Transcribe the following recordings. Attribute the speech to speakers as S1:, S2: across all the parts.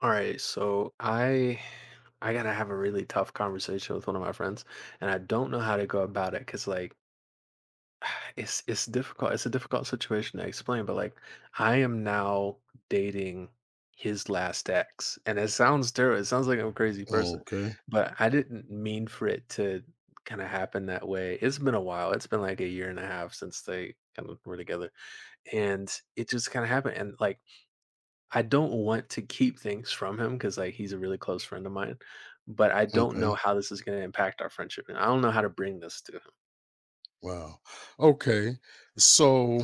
S1: All right, so I gotta have a really tough conversation with one of my friends, and I don't know how to go about it because like it's difficult. It's a difficult situation to explain, but like I am now dating his last ex, and it sounds terrible. It sounds like I'm a crazy person,
S2: Okay,
S1: but I didn't mean for it to kind of happen that way. It's been a while. It's been like a year and a half since they kind of were together, and it just kind of happened. And like I don't want to keep things from him because, like, he's a really close friend of mine, but I don't
S2: okay.
S1: know how this is gonna impact our friendship, and I don't know how to bring this to him.
S2: Wow. Okay. So,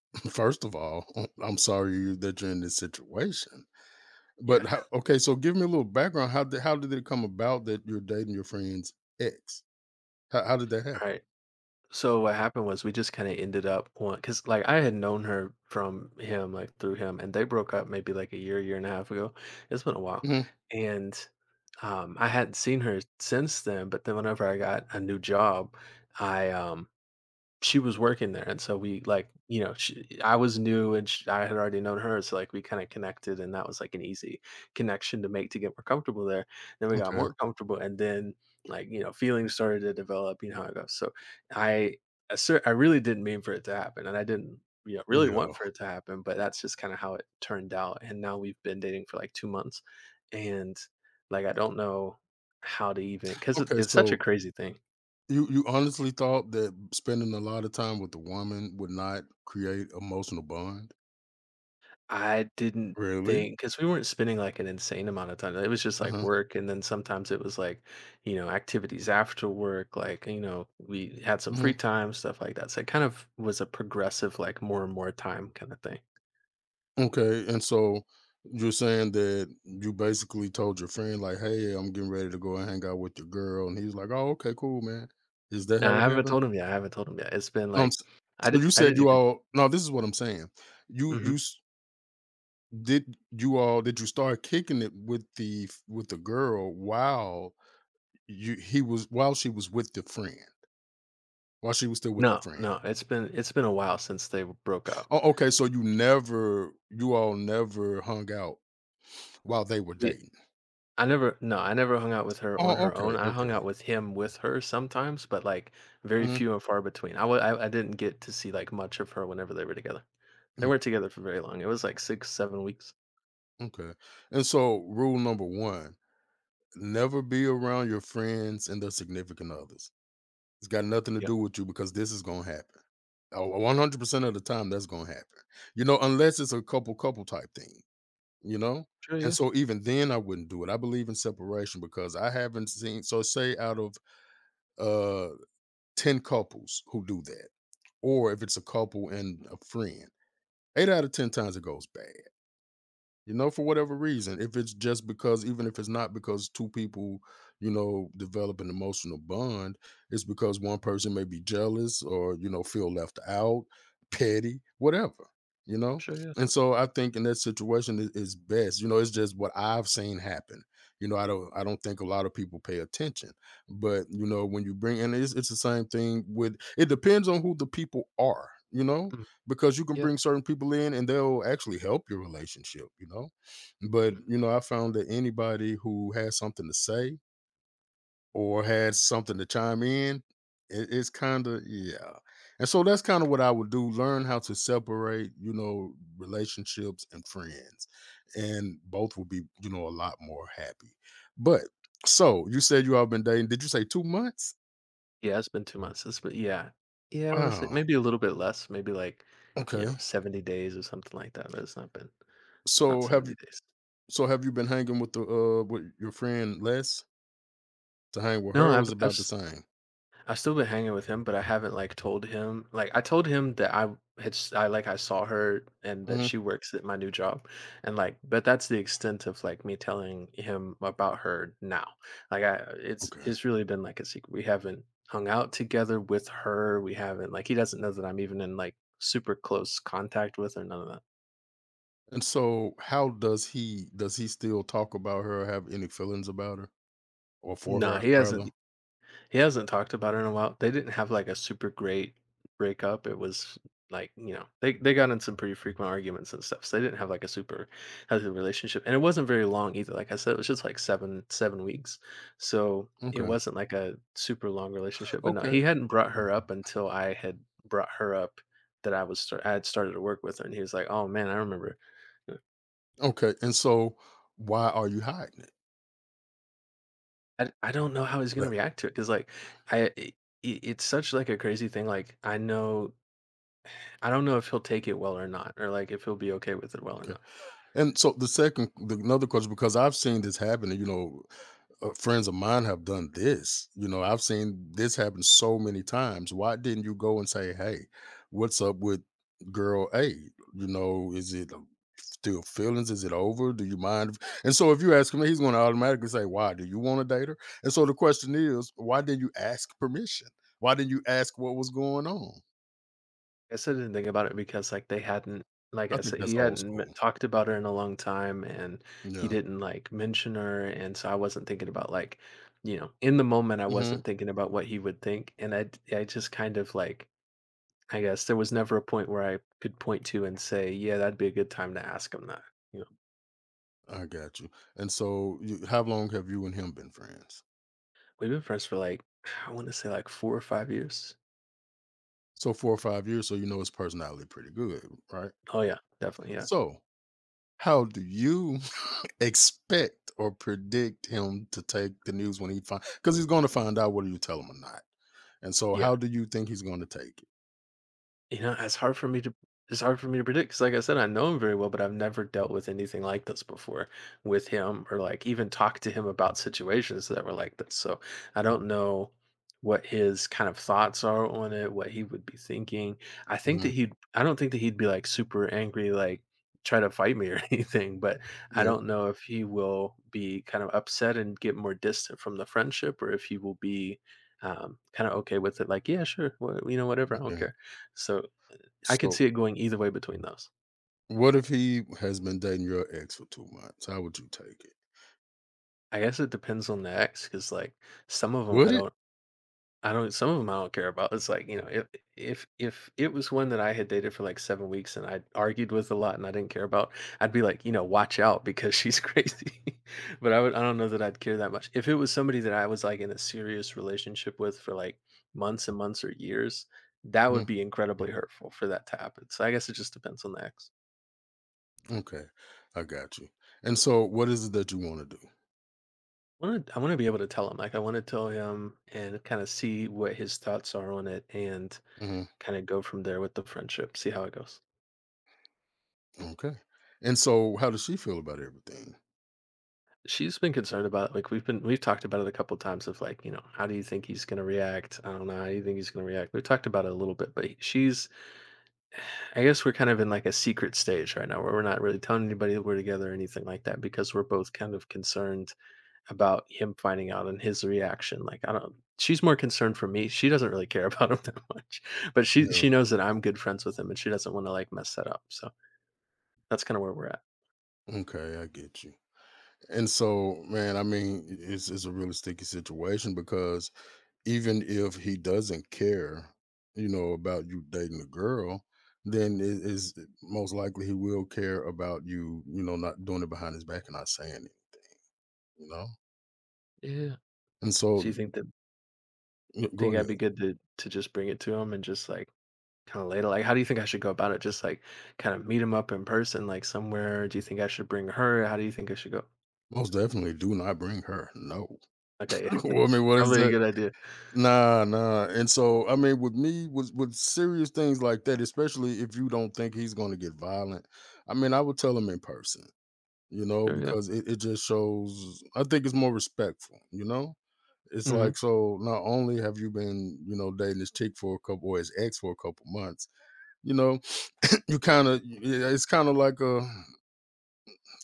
S2: first of all, I'm sorry that you're in this situation.
S1: Yeah,
S2: But so give me a little background. How did it come about that you're dating your friend's ex? How did that
S1: right.
S2: happen?
S1: So what happened was we just kinda ended up on because, like, I had known her from him, like, through him, and they broke up maybe, like, a year, year and a half ago. It's been a while,
S2: hmm
S1: and, I hadn't seen her since then, but then whenever I got a new job, I she was working there and so we like you know I was new and sh I had already known her so like we kind of connected and that was like an easy connection to make to get more comfortable there then we got
S2: Okay.
S1: more comfortable and then like you know feelings started to develop you know how it goes so i I I really didn't mean for it to happen and I didn't you know really
S2: Yeah.
S1: want for it to happen but that's just kind of how it turned out and now we've been dating for like 2 months and like I don't know how to even because it's,
S2: Okay.
S1: it's such a
S2: So
S1: crazy thing
S2: you honestly thought that spending a lot of time with the woman would not create emotional bond?
S1: I didn't
S2: Really?
S1: think because we weren't spending, like, an insane amount of time. It was just,
S2: Uh
S1: like,
S2: huh.
S1: work, and then sometimes it was, like, you know, activities after work, like, you know, we had some free time, stuff like that, so it kind of was a progressive, like, more and more time kinda thing.
S2: Okay, and so you're saying that you basically told your friend like, "Hey, I'm getting ready to go and hang out with your girl," and he's like, "Oh, okay, cool, man." Is that
S1: No,
S2: how it happened?
S1: I haven't told him yet. It's been,
S2: No, I'm
S1: like
S2: s- So you
S1: I
S2: said
S1: didn't
S2: you
S1: even
S2: all. No, this is what I'm saying. You
S1: Mhm.
S2: you s- did you all did you start kicking it with the with the girl while you he was while she was with the friend while she was still with your
S1: No,
S2: friend.
S1: no, it's been a while since they broke up.
S2: Oh, okay, so you never you all never hung out while they were
S1: We
S2: dating.
S1: I never no, I never hung out with her on
S2: Oh,
S1: her own.
S2: okay,
S1: I hung
S2: okay.
S1: out with him with her sometimes, but, like, very
S2: Mhm.
S1: few and far between. I wa I didn't get to see, like, much of her whenever they were together. They weren't together for very long. It was, like, 6, 7 weeks.
S2: Okay. And so, rule number one, never be around your friends and their significant others. It's got nothing to
S1: Yeah.
S2: do with you because this is going to happen. 100% of the time, that's going to happen. You know, unless it's a couple type thing, you know?
S1: Sure,
S2: And
S1: yeah.
S2: so, even then, I wouldn't do it. I believe in separation because I haven't seen, so say out of uh 10 couples who do that, or if it's a couple and a friend, eight out of 10 times it goes bad. You know, for whatever reason, if it's just because even if it's not because 2 people, you know, develop an emotional bond, it's because one person may be jealous or, you know, feel left out, petty, whatever, you know?
S1: Sure, yeah.
S2: And so I think in that situation it is best. You know, it's just what I've seen happen. You know, I don't think a lot of people pay attention. But, you know, when you bring, and it's the same thing with, it depends on who the people are, you know?
S1: Mm,
S2: Because you can
S1: yeah.
S2: bring certain people in and they'll actually help your relationship, you know? But,
S1: Mhm.
S2: you know, I found that anybody who has something to say or has something to chime in, it's kind of, yeah. And so that's kind of what I would do, learn how to separate, you know, relationships and friends. And both will be, you know, a lot more happy. But so you said you all been dating. Did you say 2 months?
S1: Yeah, it's been 2 months. It's been yeah. Yeah, I wanna say
S2: Wow.
S1: maybe a little bit less, maybe, like, you know,
S2: Okay.
S1: 70 days or something like that, but it's not
S2: So have
S1: 70
S2: you
S1: days.
S2: so have you been hanging with the with your friend Les? To hang with
S1: No,
S2: her was about the same.
S1: I've still been hanging with him, but I haven't like told him. Like I told him that I like I saw her and that
S2: Mhm,
S1: she works at my new job, and like but that's the extent of like me telling him about her now. Like I it's
S2: okay.
S1: it's really been like a secret. We haven't hung out together with her. We haven't like he doesn't know that I'm even in like super close contact with her. None of that.
S2: And so how does he still talk about her or have any feelings about her? Or for
S1: No,
S2: her
S1: he doesn't.
S2: rather?
S1: He hasn't talked about it in a while. They didn't have like a super great breakup. It was like, you know, they got in some pretty frequent arguments and stuff. So they didn't have like a super healthy relationship. And it wasn't very long either. Like I said, it was just like 7 weeks. So it
S2: Okay.
S1: wasn't like a super long relationship. But no,
S2: Okay.
S1: he hadn't brought her up until I had brought her up that I had started to work with her. And he was like, oh man, I remember. uh,
S2: Okay. And so why are you hiding it?
S1: I don't know how he's going to
S2: That
S1: react to it. Cause like I, it, it's such like a crazy thing. Like I know I don't know if he'll take it well or not, or like if he'll be okay with it well or
S2: okay.
S1: not.
S2: And so the another question because I've seen this happening, you know, friends of mine have done this. You know, I've seen this happen so many times. Why didn't you go and say, "Hey, what's up with girl A? You know, is it still feelings? Is it over? Do you mind?" if-" And so, if you ask him, he's going to automatically say, "Why do you want to date her?" And so the question is, why didn't you ask permission? Why didn't you ask what was going on?
S1: I still didn't think about it because like they hadn't like
S2: I
S1: I
S2: think
S1: said, he
S2: that's old
S1: hadn't m-
S2: school.
S1: talked about her in a long time and he
S2: Yeah.
S1: didn't like mention her and so I wasn't thinking about like you know in the moment I
S2: hmm
S1: wasn't thinking about what he would think and I just kind of like I guess there was never a point where I could point to and say, "Yeah, that'd be a good time to ask him that." You know,
S2: I got you. And so, you, how long have you and him been friends?
S1: we've been friends for like I want to say like 4 or 5 years.
S2: So 4 or 5 years, so you know his personality pretty good, right?
S1: Oh yeah, definitely, yeah,
S2: So, how do you expect or predict him to take the news when he find, because he's gonna find out whether you tell him or not. And so
S1: yeah.
S2: how do you think he's gonna take it?
S1: You know, it's hard for me to predict. Cause like I said, I know him very well, but I've never dealt with anything like this before with him or, like, even talked to him about situations that were like this, so I don't know what his kind of thoughts are on it, what he would be thinking. I think that
S2: Mhm.
S1: he'd I don't think that he'd be, like, super angry, like, try to fight me or anything, but I
S2: Yeah,
S1: don't know if he will be kind of upset and get more distant from the friendship or if he will be, kinda okay with it, like, "Yeah, sure, wha you know, whatever, I don't
S2: yeah.
S1: care." So I could see
S2: So,
S1: it going either way between those.
S2: what if he has been dating your ex for 2 months? How would you take it?
S1: I guess it depends on the ex, because like, some of them,
S2: Would it?
S1: I don't some of them I don't care about. It's like, you know, if it was one that I had dated for, like, 7 weeks and I argued with a lot and I didn't care about, I'd be like, you know, "Watch out because she's crazy." But I would I don't know that I'd care that much. If it was somebody that I was, like, in a serious relationship with for, like, months and months or years, that would
S2: Mm,
S1: be incredibly hurtful for that to happen. So I guess it just depends on the ex.
S2: okay, I got you. And so what is it that you wanna do?
S1: Want to I want to be able to tell him. Like I want to tell him and kind of see what his thoughts are on it and
S2: Mhm,
S1: kind of go from there with the friendship, see how it goes.
S2: okay. And so how does she feel about everything?
S1: She's been concerned about it. Like we've talked about it a couple times of like, you know, how do you think he's going to react? I don't know. How do you think he's going to react? We've talked about it a little bit, but she's I guess we're kind of in like a secret stage right now where we're not really telling anybody that we're together or anything like that because we're both kind of concerned about him finding out and his reaction. Like I don't she's more concerned for me. She doesn't really care about him that much. But
S2: Yeah,
S1: she knows that I'm good friends with him and she doesn't want to like mess that up. So that's kind of where we're at.
S2: okay, I get you. And so, man, I mean, it's a really sticky situation because even if he doesn't care, you know, about you dating a girl, then it is most likely he will care about you, you know, not doing it behind his back and not saying anything, you know.
S1: Yeah.
S2: And
S1: So
S2: so,
S1: you think that
S2: go
S1: think I'd
S2: ahead.
S1: be good to just bring it to him and just like kind of later like how do you think I should go about it? Just like kind of meet him up in person like somewhere? Do you think I should bring her? How do you think I should go?
S2: Most definitely, do not bring her. No.
S1: Okay, yeah,
S2: Well, I mean, what is
S1: probably a
S2: that?
S1: good idea.
S2: Nah. And so, I mean, with me, with serious things like that, especially if you don't think he's going to get violent, I mean, I would tell him in person. You know,
S1: Sure, yeah.
S2: because it just shows, I think it's more respectful, you know? It's
S1: Mhm.
S2: like, so not only have you been, you know, dating this chick for a couple, or his ex for a couple months, you know, you kinda, yeah, it's kinda like a,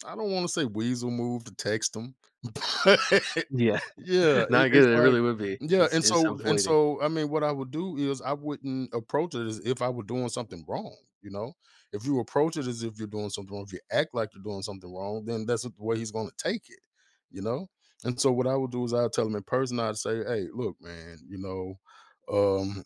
S2: I don't want to say weasel move to text them.
S1: Yeah.
S2: Yeah,
S1: Not I get
S2: it's
S1: it, it
S2: like,
S1: really would be.
S2: yeah,
S1: It's
S2: and
S1: avoiding.
S2: so, I mean, what I would do is I wouldn't approach it as if I were doing something wrong, you know? If you approach it as if you're doing something wrong, if you act like you're doing something wrong, then that's the way he's gonna take it, you know? And so what I would do is I'd tell him in person, I'd say, "Hey, look, man, you know, um,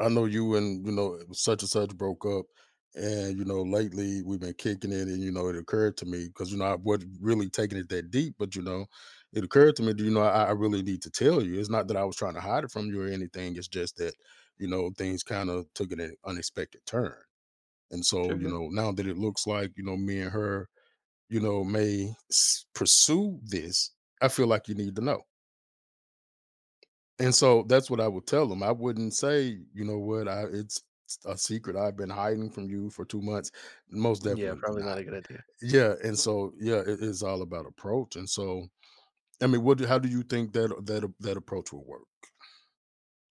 S2: I know you and you know such and such broke up, and you know lately we've been kicking it, and you know it occurred to me because you know I wasn't really taking it that deep, but you know it occurred to me, you know I really need to tell you. It's not that I was trying to hide it from you or anything. It's just that you know things kind of took an unexpected turn, and so
S1: Sure,
S2: you
S1: yeah.
S2: know now that it looks like you know me and her, you know may pursue this, I feel like you need to know." And so that's what I would tell them. I wouldn't say, you know what, I it's a secret I've been hiding from you for 2 months. Most
S1: Yeah,
S2: definitely
S1: probably not
S2: not.
S1: a good idea.
S2: Yeah, and so yeah, it is all about approach. And so, I mean, what do how do you think that that approach will work?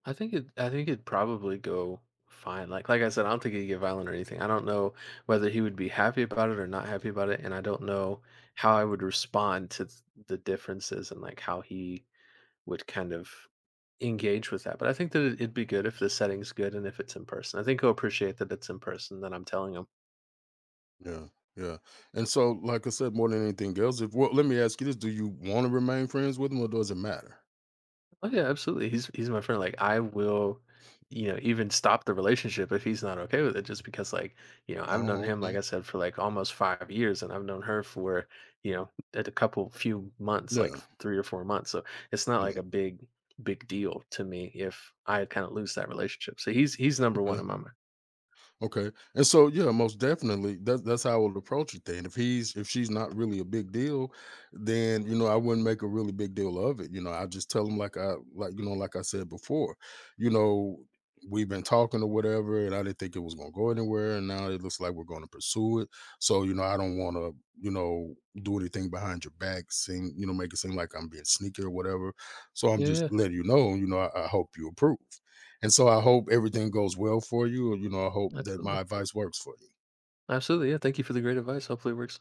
S1: I think it'd probably go fine. Like I said, I don't think he'd get violent or anything. I don't know whether he would be happy about it or not happy about it, and I don't know how I would respond to th the differences and, like, how he would kind of engage with that, but I think that it'd be good if the setting's good and if it's in person. I think he'll appreciate that it's in person, that I'm telling him.
S2: Yeah, yeah. And so, like I said, more than anything else, if well, let me ask you this: Do you want to remain friends with them, or does it matter?
S1: Oh yeah, absolutely. He's my friend. Like I will, you know, even stop the relationship if he's not okay with it, just because like, you know, I've known
S2: Oh,
S1: him, like I
S2: okay.
S1: said, for like almost 5 years and I've known her for, you know, at a couple few months, like
S2: Yeah,
S1: 3 or 4 months. So it's not
S2: yeah,
S1: like a big, big deal to me if I kind of lose that relationship. So he's number
S2: okay.
S1: one in my mind.
S2: Okay. And so yeah, most definitely that's how I would approach it then. If he's if she's not really a big deal, then you know, I wouldn't make a really big deal of it. You know, I just tell him like I, like you know, like I said before, you know, we've been talking or whatever, and I didn't think it was gonna go anywhere, and now it looks like we're gonna pursue it. So, you know, I don't wanna, you know, do anything behind your back, seem, you know, make it seem like I'm being sneaky or whatever. So I'm
S1: Yeah,
S2: just
S1: yeah.
S2: letting you know, I hope you approve. And so I hope everything goes well for you. You know, I hope that my
S1: Absolutely.
S2: advice works for you.
S1: Absolutely. Yeah. Thank you for the great advice. Hopefully it works